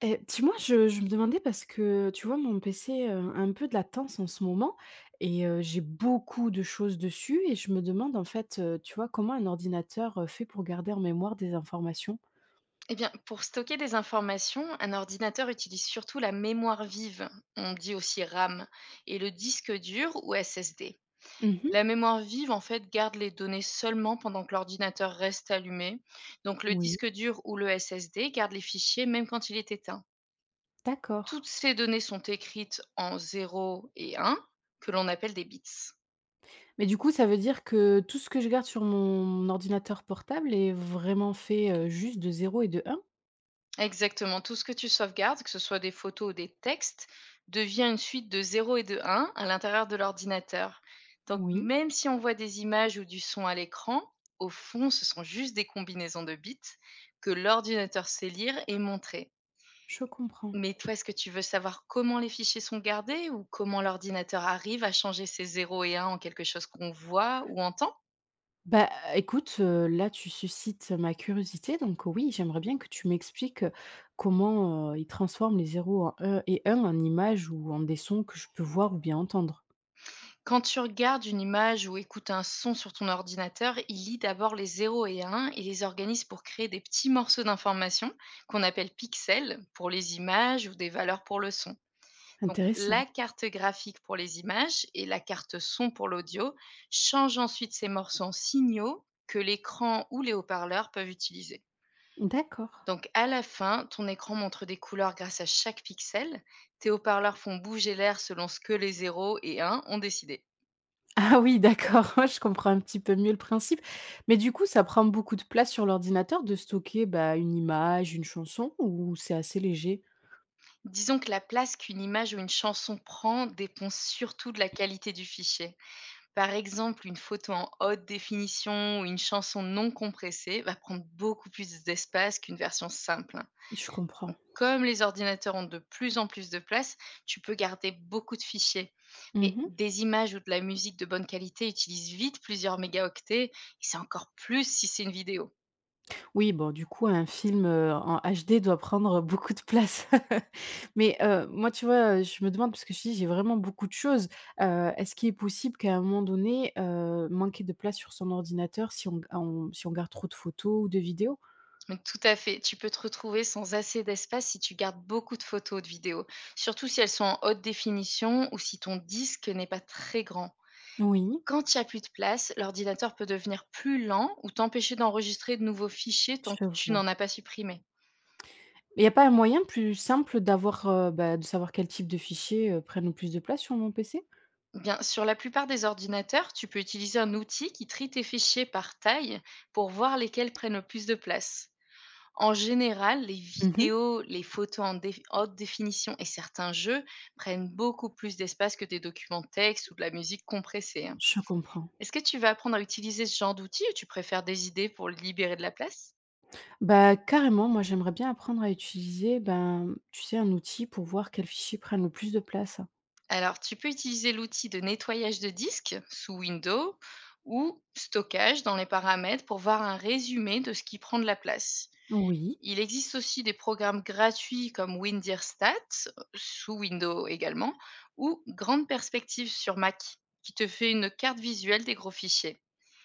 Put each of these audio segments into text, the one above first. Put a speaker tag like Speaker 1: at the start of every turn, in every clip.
Speaker 1: Et dis-moi, je me demandais parce que, tu vois, mon PC, a un peu de latence en ce moment et j'ai beaucoup de choses dessus et je me demande, en fait, tu vois, comment un ordinateur, fait pour garder en mémoire des informations?
Speaker 2: Eh bien, pour stocker des informations, un ordinateur utilise surtout la mémoire vive, on dit aussi RAM, et le disque dur ou SSD.
Speaker 1: Mmh.
Speaker 2: La mémoire vive, en fait, garde les données seulement pendant que l'ordinateur reste allumé. Donc le
Speaker 1: Oui,
Speaker 2: disque dur ou le SSD garde les fichiers même quand il est éteint.
Speaker 1: d'accord.
Speaker 2: Toutes ces données sont écrites en zéro et un, que l'on appelle des bits.
Speaker 1: Mais du coup, ça veut dire que tout ce que je garde sur mon ordinateur portable est vraiment fait, juste de zéro et de un.
Speaker 2: Exactement, tout ce que tu sauvegardes, que ce soit des photos ou des textes, devient une suite de 0 et de 1 à l'intérieur de l'ordinateur. Donc
Speaker 1: Oui,
Speaker 2: même si on voit des images ou du son à l'écran, au fond, ce sont juste des combinaisons de bits que l'ordinateur sait lire et montrer.
Speaker 1: je comprends.
Speaker 2: Mais toi, est-ce que tu veux savoir comment les fichiers sont gardés ou comment l'ordinateur arrive à changer ces 0 et 1 en quelque chose qu'on voit ou entend?
Speaker 1: Bah, écoute, là, tu suscites ma curiosité, donc oui, j'aimerais bien que tu m'expliques, comment, ils transforment les zéros en e et 1 en images ou en des sons que je peux voir ou bien entendre.
Speaker 2: Quand tu regardes une image ou écoutes un son sur ton ordinateur, il lit d'abord les zéros et uns et les organise pour créer des petits morceaux d'informations qu'on appelle pixels pour les images ou des valeurs pour le son. Donc la
Speaker 1: Intéressant.
Speaker 2: carte graphique pour les images et la carte son pour l'audio changent ensuite ces morceaux en signaux que l'écran ou les haut-parleurs peuvent utiliser.
Speaker 1: D'accord.
Speaker 2: Donc à la fin, ton écran montre des couleurs grâce à chaque pixel. Tes haut-parleurs font bouger l'air selon ce que les zéros et uns ont décidé.
Speaker 1: Ah oui, d'accord, ouais, je comprends un petit peu mieux le principe. Mais du coup, ça prend beaucoup de place sur l'ordinateur de stocker, bah, une image, une chanson ou c'est assez léger?
Speaker 2: Disons que la place qu'une image ou une chanson prend dépend surtout de la qualité du fichier. Par exemple, une photo en haute définition ou une chanson non compressée va prendre beaucoup plus d'espace qu'une version simple.
Speaker 1: Je comprends.
Speaker 2: Comme les ordinateurs ont de plus en plus de place, tu peux garder beaucoup de fichiers. Mais
Speaker 1: Mmh.
Speaker 2: des images ou de la musique de bonne qualité utilisent vite plusieurs mégaoctets et c'est encore plus si c'est une vidéo.
Speaker 1: Oui, bon, du coup, un film, en HD doit prendre beaucoup de place. Mais, moi, tu vois, je me demande parce que je dis, j'ai vraiment beaucoup de choses. Est-ce qu'il est possible qu'à un moment donné, manquer de place sur son ordinateur si on si on garde trop de photos ou de vidéos?
Speaker 2: Mais tout à fait. Tu peux te retrouver sans assez d'espace si tu gardes beaucoup de photos ou de vidéos, surtout si elles sont en haute définition ou si ton disque n'est pas très grand.
Speaker 1: Oui,
Speaker 2: Quand il n'y a plus de place, l'ordinateur peut devenir plus lent ou t'empêcher d'enregistrer de nouveaux fichiers tant que
Speaker 1: je
Speaker 2: tu
Speaker 1: vois.
Speaker 2: n'en as pas supprimé.
Speaker 1: Il n'y a pas un moyen plus simple d'avoir, bah, de savoir quel type de fichiers, prennent le plus de place sur mon PC?
Speaker 2: Bien, sur la plupart des ordinateurs, tu peux utiliser un outil qui trie tes fichiers par taille pour voir lesquels prennent le plus de place. En général, les
Speaker 1: Mmh mh.
Speaker 2: vidéos, les photos en déf haute définition et certains jeux prennent beaucoup plus d'espace que des documents textes ou de la musique compressée, hein.
Speaker 1: Je comprends.
Speaker 2: Est-ce que tu vas apprendre à utiliser ce genre d'outils ou tu préfères des idées pour libérer de la place?
Speaker 1: Bah, carrément, moi j'aimerais bien apprendre à utiliser, ben, tu sais, un outil pour voir quels fichiers prennent le plus de place.
Speaker 2: Alors, tu peux utiliser l'outil de nettoyage de disque sous Windows ou stockage dans les paramètres pour voir un résumé de ce qui prend de la place.
Speaker 1: Oui,
Speaker 2: Il existe aussi des programmes gratuits comme WinDirStat, sous Windows également, ou Grande Perspective sur Mac, qui te fait une carte visuelle des gros fichiers.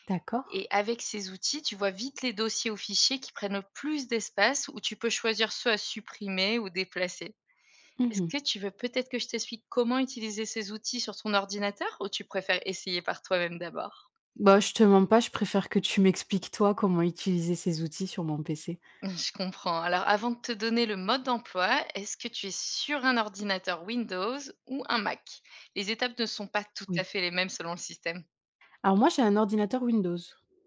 Speaker 1: d'accord.
Speaker 2: Et avec ces outils, tu vois vite les dossiers ou fichiers qui prennent le plus d'espace ou tu peux choisir ceux à supprimer ou déplacer. Est-ce
Speaker 1: Mhm.
Speaker 2: que tu veux peut-être que je t'explique comment utiliser ces outils sur ton ordinateur ou tu préfères essayer par toi-même d'abord?
Speaker 1: Bah, je te mens pas, je préfère que tu m'expliques toi comment utiliser ces outils sur mon PC.
Speaker 2: Je comprends. Alors, avant de te donner le mode d'emploi, est-ce que tu es sur un ordinateur Windows ou un Mac? Les étapes ne sont pas tout à
Speaker 1: Oui,
Speaker 2: fait les mêmes selon le système.
Speaker 1: alors moi j'ai un ordinateur Windows.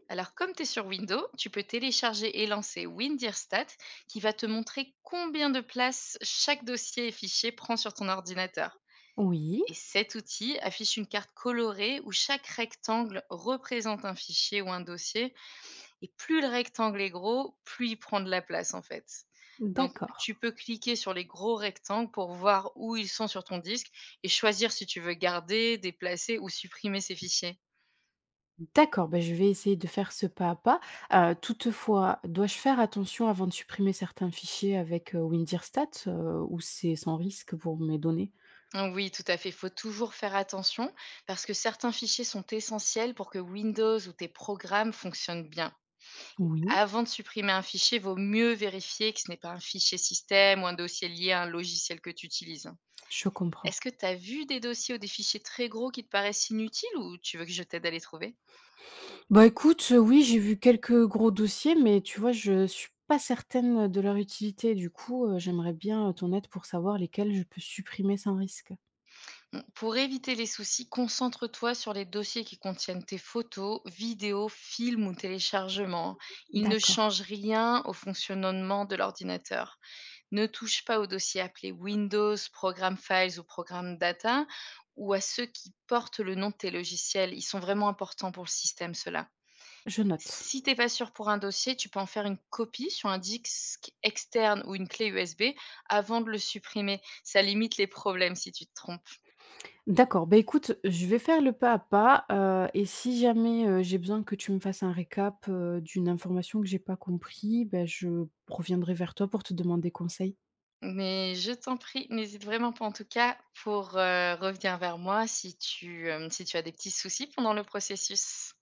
Speaker 2: Alors, comme tu es sur Windows, tu peux télécharger et lancer WinDirStat qui va te montrer combien de place chaque dossier et fichier prend sur ton ordinateur.
Speaker 1: Oui,
Speaker 2: Et cet outil affiche une carte colorée où chaque rectangle représente un fichier ou un dossier. Et plus le rectangle est gros, plus il prend de la place, en fait. Donc,
Speaker 1: d'accord.
Speaker 2: tu peux cliquer sur les gros rectangles pour voir où ils sont sur ton disque et choisir si tu veux garder, déplacer ou supprimer ces fichiers.
Speaker 1: D'accord, bah je vais essayer de faire ce pas à pas. Toutefois, dois-je faire attention avant de supprimer certains fichiers avec Windirstat ou c'est sans risque pour mes données?
Speaker 2: Ah oui, tout à fait. Il faut toujours faire attention parce que certains fichiers sont essentiels pour que Windows ou tes programmes fonctionnent bien.
Speaker 1: Oui.
Speaker 2: Avant de supprimer un fichier, vaut mieux vérifier que ce n'est pas un fichier système ou un dossier lié à un logiciel que tu utilises.
Speaker 1: Je comprends.
Speaker 2: Est-ce que tu as vu des dossiers ou des fichiers très gros qui te paraissent inutiles ou tu veux que je t'aide à les trouver?
Speaker 1: Bah, écoute, oui, j'ai vu quelques gros dossiers, mais tu vois, je suis pas certaine de leur utilité. Du coup, j'aimerais bien ton aide pour savoir lesquels je peux supprimer sans risque.
Speaker 2: Bon, pour éviter les soucis, concentre-toi sur les dossiers qui contiennent tes photos, vidéos, films ou téléchargements. Ils ne
Speaker 1: D'accord.
Speaker 2: changent rien au fonctionnement de l'ordinateur. Ne touche pas aux dossiers appelés Windows, Programme Files ou Programme Data ou à ceux qui portent le nom de tes logiciels. Ils sont vraiment importants pour le système, ceux-là.
Speaker 1: Je note.
Speaker 2: Si t'es pas sûr pour un dossier, tu peux en faire une copie sur un disque externe ou une clé USB avant de le supprimer. Ça limite les problèmes si tu te trompes.
Speaker 1: D'accord, bah, écoute, je vais faire le pas à pas, et si jamais, j'ai besoin que tu me fasses un récap, d'une information que j'ai pas compris, bah, je reviendrai vers toi pour te demander conseil.
Speaker 2: Mais je t'en prie, n'hésite vraiment pas en tout cas pour revenir vers moi si tu, si tu as des petits soucis pendant le processus.